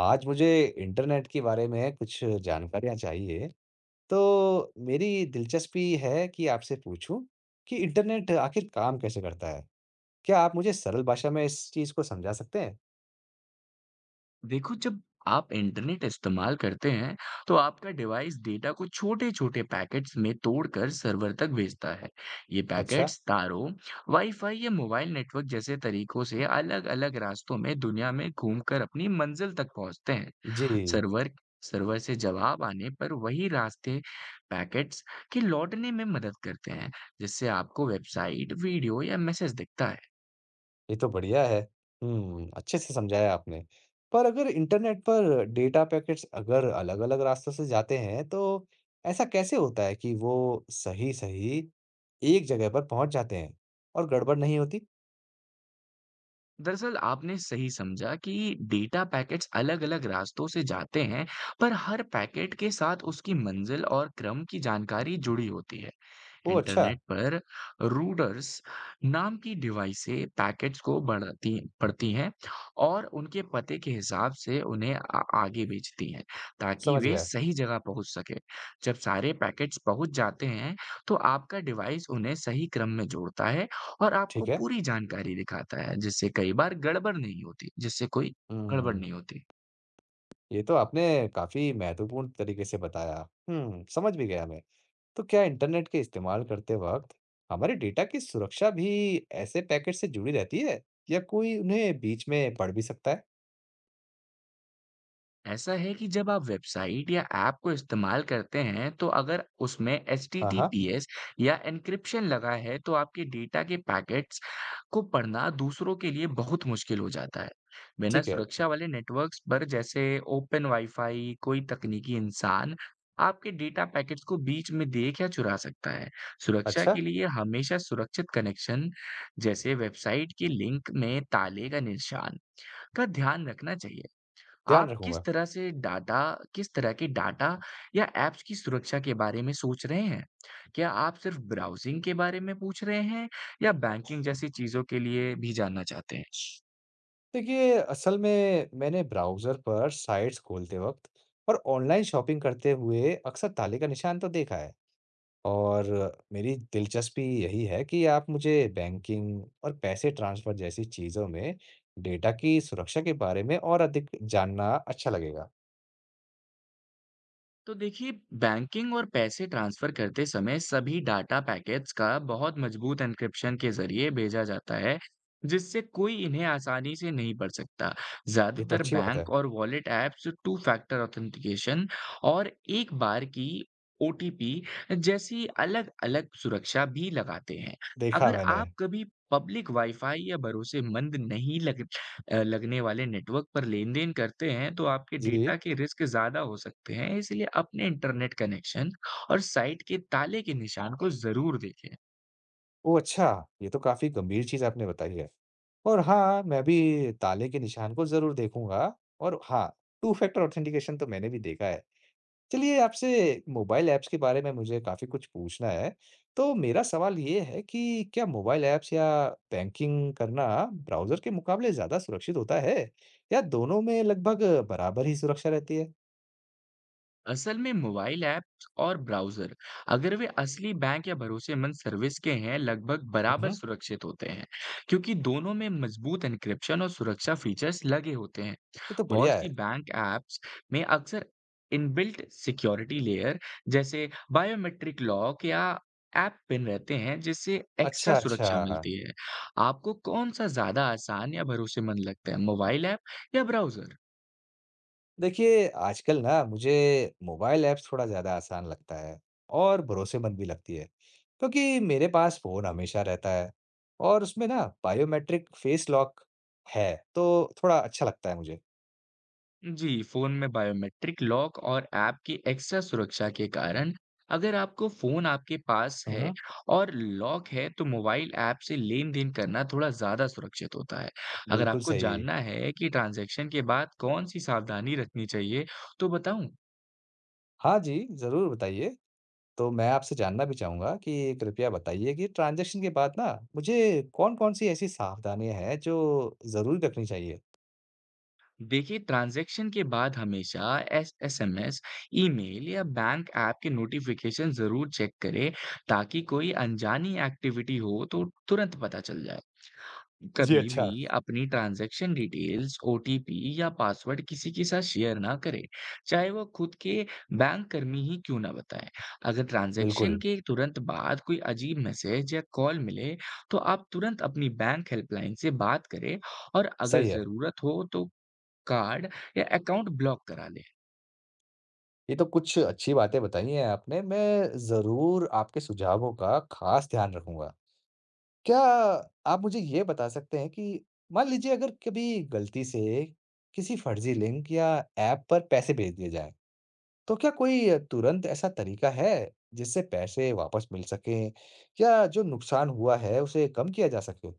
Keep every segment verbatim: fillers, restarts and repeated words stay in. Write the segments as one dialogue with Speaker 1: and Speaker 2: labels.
Speaker 1: आज मुझे इंटरनेट के बारे में कुछ जानकारियाँ चाहिए, तो मेरी दिलचस्पी है कि आपसे पूछूँ कि इंटरनेट आखिर काम कैसे करता है? क्या आप मुझे सरल भाषा में इस चीज़ को समझा सकते हैं?
Speaker 2: देखो, जब आप इंटरनेट इस्तेमाल करते हैं, तो आपका डिवाइस डेटा को छोटे-छोटे पैकेट्स में तोड़कर सर्वर तक भेजता है। ये
Speaker 1: अच्छा,
Speaker 2: पैकेट्स तारों, वाई-फाई या मोबाइल नेटवर्क जैसे तरीकों से अलग-अलग रास्तों में दुनिया में घूमकर अपनी मंज़िल तक पहुँचते हैं।
Speaker 1: जी,
Speaker 2: सर्वर सर्वर से जवाब आने पर वही रास्ते पैकेट्स के लौटने में मदद करते हैं, जिससे आपको वेबसाइट, वीडियो या मैसेज दिखता है।
Speaker 1: ये तो बढ़िया है। हुँ, अच्छे से समझाया आपने। पर अगर इंटरनेट पर डेटा पैकेट्स अगर अलग-अलग रास्तों से जाते हैं, तो ऐसा कैसे होता है कि वो सही-सही एक जगह पर पहुँच जाते हैं और गड़बड़ नहीं होती?
Speaker 2: दरअसल आपने सही समझा कि डेटा पैकेट्स अलग-अलग रास्तों से जाते हैं, पर हर पैकेट के साथ उसकी मंजिल और क्रम की जानकारी जुड़ी होती है।
Speaker 1: ओह अच्छा,
Speaker 2: इंटरनेट पर रूडर्स नाम की डिवाइस से पैकेट्स को बढ़ती पढ़ती हैं और उनके पते के हिसाब से उन्हें आ, आगे भेजती हैं, ताकि
Speaker 1: समझ
Speaker 2: वे
Speaker 1: गया।
Speaker 2: सही जगह पहुंच सके। जब सारे पैकेट्स पहुंच जाते हैं, तो आपका डिवाइस उन्हें सही क्रम में जोड़ता है और आपको
Speaker 1: ठीक है।
Speaker 2: पूरी जानकारी दिखाता है जिससे कई बार गड़बड़ नहीं होती जिससे कोई गड़बड़
Speaker 1: हुँ,
Speaker 2: नहीं होती।
Speaker 1: ये तो आपने काफ़ी महत्वपूर्ण तरीके से बताया। हुँ, समझ भी गया मैं। तो क्या इंटरनेट के इस्तेमाल करते वक़्त हमारे डेटा की सुरक्षा भी ऐसे पैकेट से जुड़ी रहती है या कोई उन्हें बीच में पढ़ भी सकता है?
Speaker 2: ऐसा है कि जब आप वेबसाइट या ऐप को इस्तेमाल करते हैं, तो अगर उसमें
Speaker 1: हाँ, हाँ,
Speaker 2: एचटीटीपीएस या एन्क्रिप्शन लगा है, तो आपके डेटा के पैकेट्स को पढ़ना दूसरों के लिए बहुत मुश्किल हो जाता है। बिना
Speaker 1: ठीक है।
Speaker 2: सुरक्षा वाले नेटवर्क्स पर जैसे ओपन वाईफाई, कोई तकनीकी इंसान आपके डेटा पैकेट्स को बीच में देख या चुरा सकता है। सुरक्षा
Speaker 1: अच्छा,
Speaker 2: के लिए हमेशा सुरक्षित कनेक्शन जैसे वेबसाइट के लिंक में ताले का निशान का ध्यान रखना चाहिए।
Speaker 1: ध्यान
Speaker 2: आप किस
Speaker 1: रखूँगा।
Speaker 2: तरह से डाटा किस तरह के डाटा या ऐप्स की सुरक्षा के बारे में सोच रहे हैं? क्या आप सिर्फ ब्राउज़िंग के बारे में पूछ रहे हैं या बैंकिंग जैसी चीज़ों के लिए भी जानना चाहते हैं?
Speaker 1: देखिए, असल में मैंने ब्राउज़र पर साइट्स खोलते वक़्त और ऑनलाइन शॉपिंग करते हुए अक्सर ताले का निशान तो देखा है। और मेरी दिलचस्पी यही है कि आप मुझे बैंकिंग और पैसे ट्रांसफर जैसी चीज़ों में डेटा की सुरक्षा के बारे में और अधिक जानना अच्छा लगेगा।
Speaker 2: तो देखिए, बैंकिंग और पैसे ट्रांसफर करते समय सभी डाटा पैकेट्स का बहुत मजबूत एन्क्रिप्शन के जरिए भेजा जाता है जिससे कोई इन्हें आसानी से नहीं पढ़ सकता।
Speaker 1: ये तो
Speaker 2: ज्यादातर
Speaker 1: अच्छी बात है,
Speaker 2: बैंक और wallet apps two factor authentication और एक बार की ओटीपी जैसी अलग-अलग सुरक्षा भी लगाते हैं।
Speaker 1: देखा
Speaker 2: अगर
Speaker 1: मैंने।
Speaker 2: आप कभी पब्लिक वाईफाई या भरोसेमंद नहीं लग अ, लगने वाले नेटवर्क पर लेन-देन करते हैं, तो आपके
Speaker 1: जी।
Speaker 2: डेटा के रिस्क ज़्यादा हो सकते हैं। इसलिए अपने इंटरनेट कनेक्शन और साइट के ताले के निशान को ज़रूर देखें।
Speaker 1: ओह अच्छा, ये तो काफ़ी गंभीर चीज़ आपने बताई है। और हाँ, मैं भी ताले के निशान को ज़रूर देखूँगा और हाँ, टू फैक्टर ऑथेंटिकेशन तो मैंने भी देखा है। चलिए आपसे मोबाइल ऐप्स के बारे में मुझे काफ़ी कुछ पूछना है। तो मेरा सवाल ये है कि क्या मोबाइल ऐप्स या बैंकिंग करना ब्राउज़र के मुकाबले ज़्यादा सुरक्षित होता है? या दोनों में लगभग बराबर ही सुरक्षा रहती है?
Speaker 2: असल में मोबाइल ऐप्स और ब्राउज़र अगर वे असली बैंक या भरोसेमंद सर्विस के हैं, लगभग
Speaker 1: हुँ,
Speaker 2: बराबर
Speaker 1: हुँ।
Speaker 2: सुरक्षित होते हैं, क्योंकि दोनों में मजबूत एन्क्रिप्शन और सुरक्षा फीचर्स लगे होते हैं।
Speaker 1: ये तो
Speaker 2: बहुत
Speaker 1: बढ़िया
Speaker 2: सी
Speaker 1: है।
Speaker 2: बैंक ऐप्स में अक्सर इनबिल्ट सिक्योरिटी लेयर जैसे बायोमेट्रिक लॉक या ऐप पिन रहते हैं जिससे एक्स्ट्रा
Speaker 1: अच्छा,
Speaker 2: सुरक्षा
Speaker 1: अच्छा।
Speaker 2: मिलती है। आपको कौन सा ज्यादा आसान या भरोसेमंद लगता है, मोबाइल ऐप या ब्राउज़र?
Speaker 1: देखिए आजकल ना मुझे मोबाइल ऐप्स थोड़ा ज़्यादा आसान लगता है और भरोसेमंद भी लगती है। क्योंकि मेरे पास फ़ोन हमेशा रहता है और उसमें ना बायोमेट्रिक फ़ेस लॉक है, तो थोड़ा अच्छा लगता है मुझे।
Speaker 2: जी, फ़ोन में बायोमेट्रिक लॉक और ऐप की एक्स्ट्रा सुरक्षा के कारण अगर आपको फ़ोन आपके पास
Speaker 1: हुँ,
Speaker 2: है
Speaker 1: हुँ।
Speaker 2: और लॉक है, तो मोबाइल ऐप से लेन-देन करना थोड़ा ज़्यादा सुरक्षित होता है। अगर
Speaker 1: बिल्कुल
Speaker 2: आपको
Speaker 1: सही।
Speaker 2: जानना है कि ट्रांज़ैक्शन के बाद कौन-सी सावधानी रखनी चाहिए, तो बताऊँ?
Speaker 1: हाँ जी, ज़रूर बताइए। तो मैं आपसे जानना भी चाहूँगा कि कृपया बताइए कि ट्रांज़ैक्शन के बाद ना मुझे कौन-कौन सी ऐसी सावधानियाँ हैं जो ज़रूर रखनी चाहिए?
Speaker 2: देखिए, ट्रांज़ैक्शन के बाद हमेशा एस एसएमएस, ईमेल या बैंक ऐप के नोटिफ़िकेशन ज़रूर चेक करें, ताकि कोई अनजानी एक्टिविटी हो, तो तुरंत पता चल जाए।
Speaker 1: जी,
Speaker 2: कभी
Speaker 1: अच्छा।
Speaker 2: भी अपनी ट्रांजैक्शन डिटेल्स, ओटीपी या पासवर्ड किसी के साथ शेयर ना करें, चाहे वो खुद के बैंक कर्मी ही क्यों ना बताएं। अगर ट्रांजैक्शन
Speaker 1: बिल्कुल,
Speaker 2: के तुरंत बाद कोई अजीब मैसेज या कॉल मिले, तो आप तुरंत अपनी बैंक हेल्पलाइन से बात करें और अगर
Speaker 1: सही है।
Speaker 2: ज़रूरत हो तो कार्ड या अकाउंट ब्लॉक करा लें।
Speaker 1: ये तो कुछ अच्छी बातें बताई हैं आपने। मैं ज़रूर आपके सुझावों का ख़ास ध्यान रखूँगा। क्या आप मुझे ये बता सकते हैं कि मान लीजिए अगर कभी गलती से किसी फ़र्ज़ी लिंक या ऐप पर पैसे भेज दिए जाएँ? तो क्या कोई तुरंत ऐसा तरीका है जिससे पैसे वापस मिल सकें या जो नुकसान हुआ है उसे कम किया जा सके?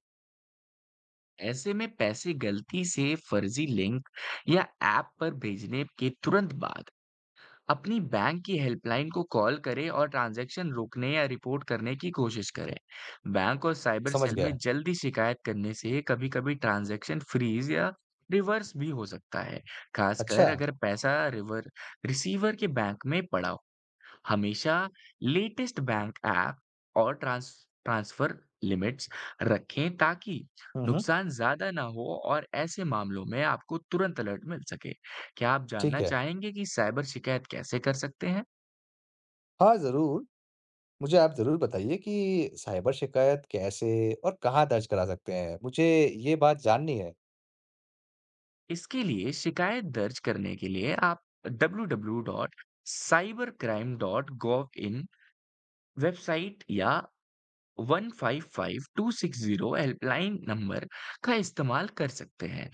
Speaker 2: ऐसे में पैसे गलती से फर्जी लिंक या ऐप पर भेजने के तुरंत बाद अपनी बैंक की हेल्पलाइन को कॉल करें और ट्रांजैक्शन रोकने या रिपोर्ट करने की कोशिश करें। बैंक और साइबर
Speaker 1: समझ
Speaker 2: सेल में
Speaker 1: गया।
Speaker 2: जल्दी शिकायत करने से कभी-कभी ट्रांजैक्शन फ्रीज़ या रिवर्स भी हो सकता है,
Speaker 1: अच्छा।
Speaker 2: खासकर अगर पैसा रिवर रिसीवर के बैंक में पड़ा हो। हमेशा लेटेस्ट बैंक ऐप और ट्रांस ट्रांसफर लिमिट्स रखें ताकि
Speaker 1: हुँ, हुँ।
Speaker 2: नुकसान ज्यादा ना हो और ऐसे मामलों में आपको तुरंत अलर्ट मिल सके। क्या आप
Speaker 1: ठीक
Speaker 2: जानना
Speaker 1: है।
Speaker 2: चाहेंगे कि साइबर शिकायत कैसे कर सकते हैं?
Speaker 1: हाँ, ज़रूर। मुझे आप ज़रूर बताइए कि साइबर शिकायत कैसे और कहाँ दर्ज करा सकते हैं? मुझे ये बात जाननी है।
Speaker 2: इसके लिए शिकायत दर्ज करने के लिए आप W W W dot cybercrime dot gov dot in website या one five five two six zero helpline number का इस्तेमाल कर सकते हैं।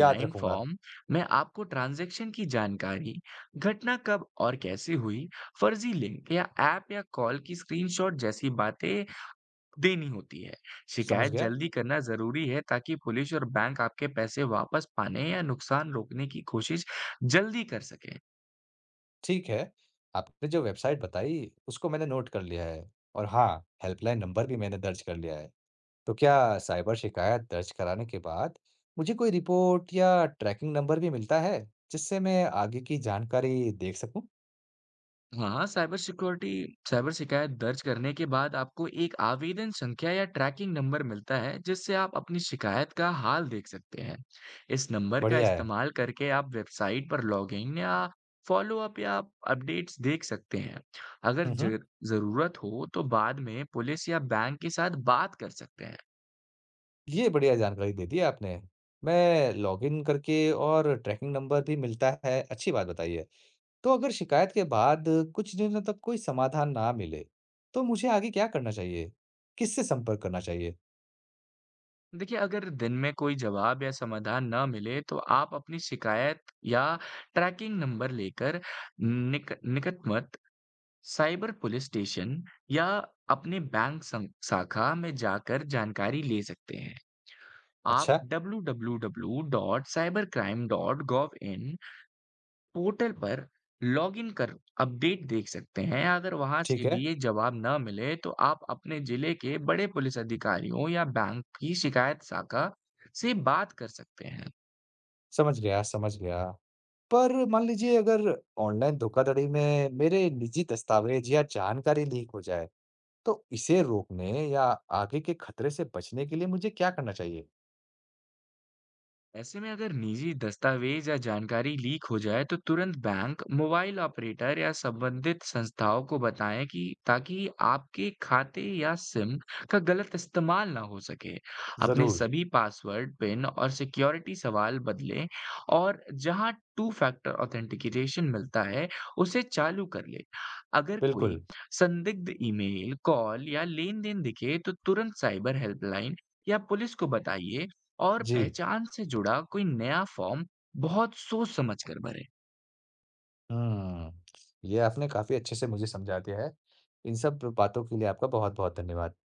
Speaker 1: याद रखूँगा।
Speaker 2: फॉर्म में आपको ट्रांजैक्शन की जानकारी, घटना कब और कैसे हुई, फर्जी लिंक या ऐप या कॉल की स्क्रीनशॉट जैसी बातें देनी होती है।
Speaker 1: समझ
Speaker 2: शिकायत
Speaker 1: गया।
Speaker 2: जल्दी करना जरूरी है ताकि पुलिस और बैंक आपके पैसे वापस पाने या नुकसान रोकने की कोशिश जल्दी कर सके।
Speaker 1: ठीक है। आपने जो वेबसाइट बताई उसको मैंने नोट कर लिया है और हाँ, हेल्पलाइन नंबर भी मैंने दर्ज कर लिया है। तो क्या साइबर शिकायत दर्ज कराने के बाद मुझे कोई रिपोर्ट या ट्रैकिंग नंबर भी मिलता है जिससे मैं आगे की जानकारी देख सकूं?
Speaker 2: हाँ, साइबर सिक्योरिटी साइबर शिकायत दर्ज करने के बाद आपको एक आवेदन संख्या या ट्रैकिंग नंबर मिलता है, जिससे आप अपनी शिकायत का हाल देख सकते हैं। इस नंबर का
Speaker 1: बढ़िया है।
Speaker 2: इस्तेमाल करके आप वेबसाइट पर लॉगिन या फॉलोअप या अपडेट्स देख सकते हैं। अगर
Speaker 1: हम्म,
Speaker 2: ज ज़रूरत हो, तो बाद में पुलिस या बैंक के साथ बात कर सकते हैं।
Speaker 1: ये बढ़िया जानकारी दे दी आपने। मैं लॉगिन करके और ट्रैकिंग नंबर भी मिलता है, अच्छी बात बताई है। तो अगर शिकायत के बाद कुछ दिनों तक कोई समाधान ना मिले, तो मुझे आगे क्या करना चाहिए? किससे संपर्क करना चाहिए?
Speaker 2: देखिए, अगर दिन में कोई जवाब या समाधान ना मिले, तो आप अपनी शिकायत या ट्रैकिंग नंबर लेकर निक निकटतम साइबर पुलिस स्टेशन या अपने बैंक सं- शाखा में जाकर जानकारी ले सकते हैं। आप
Speaker 1: अच्छा,
Speaker 2: W W W dot cybercrime dot gov dot in portal पर लॉगिन कर अपडेट देख सकते हैं। अगर वहां से
Speaker 1: ठीक है।
Speaker 2: भी ये जवाब न मिले तो आप अपने जिले के बड़े पुलिस अधिकारियों या बैंक की शिकायत शाखा से बात कर सकते हैं।
Speaker 1: समझ गया, समझ गया। पर मान लीजिए अगर ऑनलाइन धोखाधड़ी में मेरे निजी दस्तावेज़ या जानकारी लीक हो जाए, तो इसे रोकने या आगे के खतरे से बचने के लिए मुझे क्या करना चाहिए?
Speaker 2: ऐसे में अगर निजी दस्तावेज या जानकारी लीक हो जाए तो तुरंत बैंक, मोबाइल ऑपरेटर या संबंधित संस्थाओं को बताएं, कि ताकि आपके खाते या सिम का गलत इस्तेमाल ना हो सके। अपने
Speaker 1: ज़रूर,
Speaker 2: सभी पासवर्ड, पिन और सिक्योरिटी सवाल बदलें और जहां टू फैक्टर ऑथेंटिकेशन मिलता है, उसे चालू कर लें। अगर कोई
Speaker 1: बिल्कुल,
Speaker 2: संदिग्ध ईमेल, कॉल या लेन-देन दिखे तो तुरंत साइबर हेल्पलाइन या पुलिस को बताइए और
Speaker 1: जी।
Speaker 2: पहचान से जुड़ा कोई नया फॉर्म बहुत सोच समझ कर भरें।
Speaker 1: हुँ, ये आपने काफ़ी अच्छे से मुझे समझा दिया है। इन सब बातों के लिए आपका बहुत-बहुत धन्यवाद।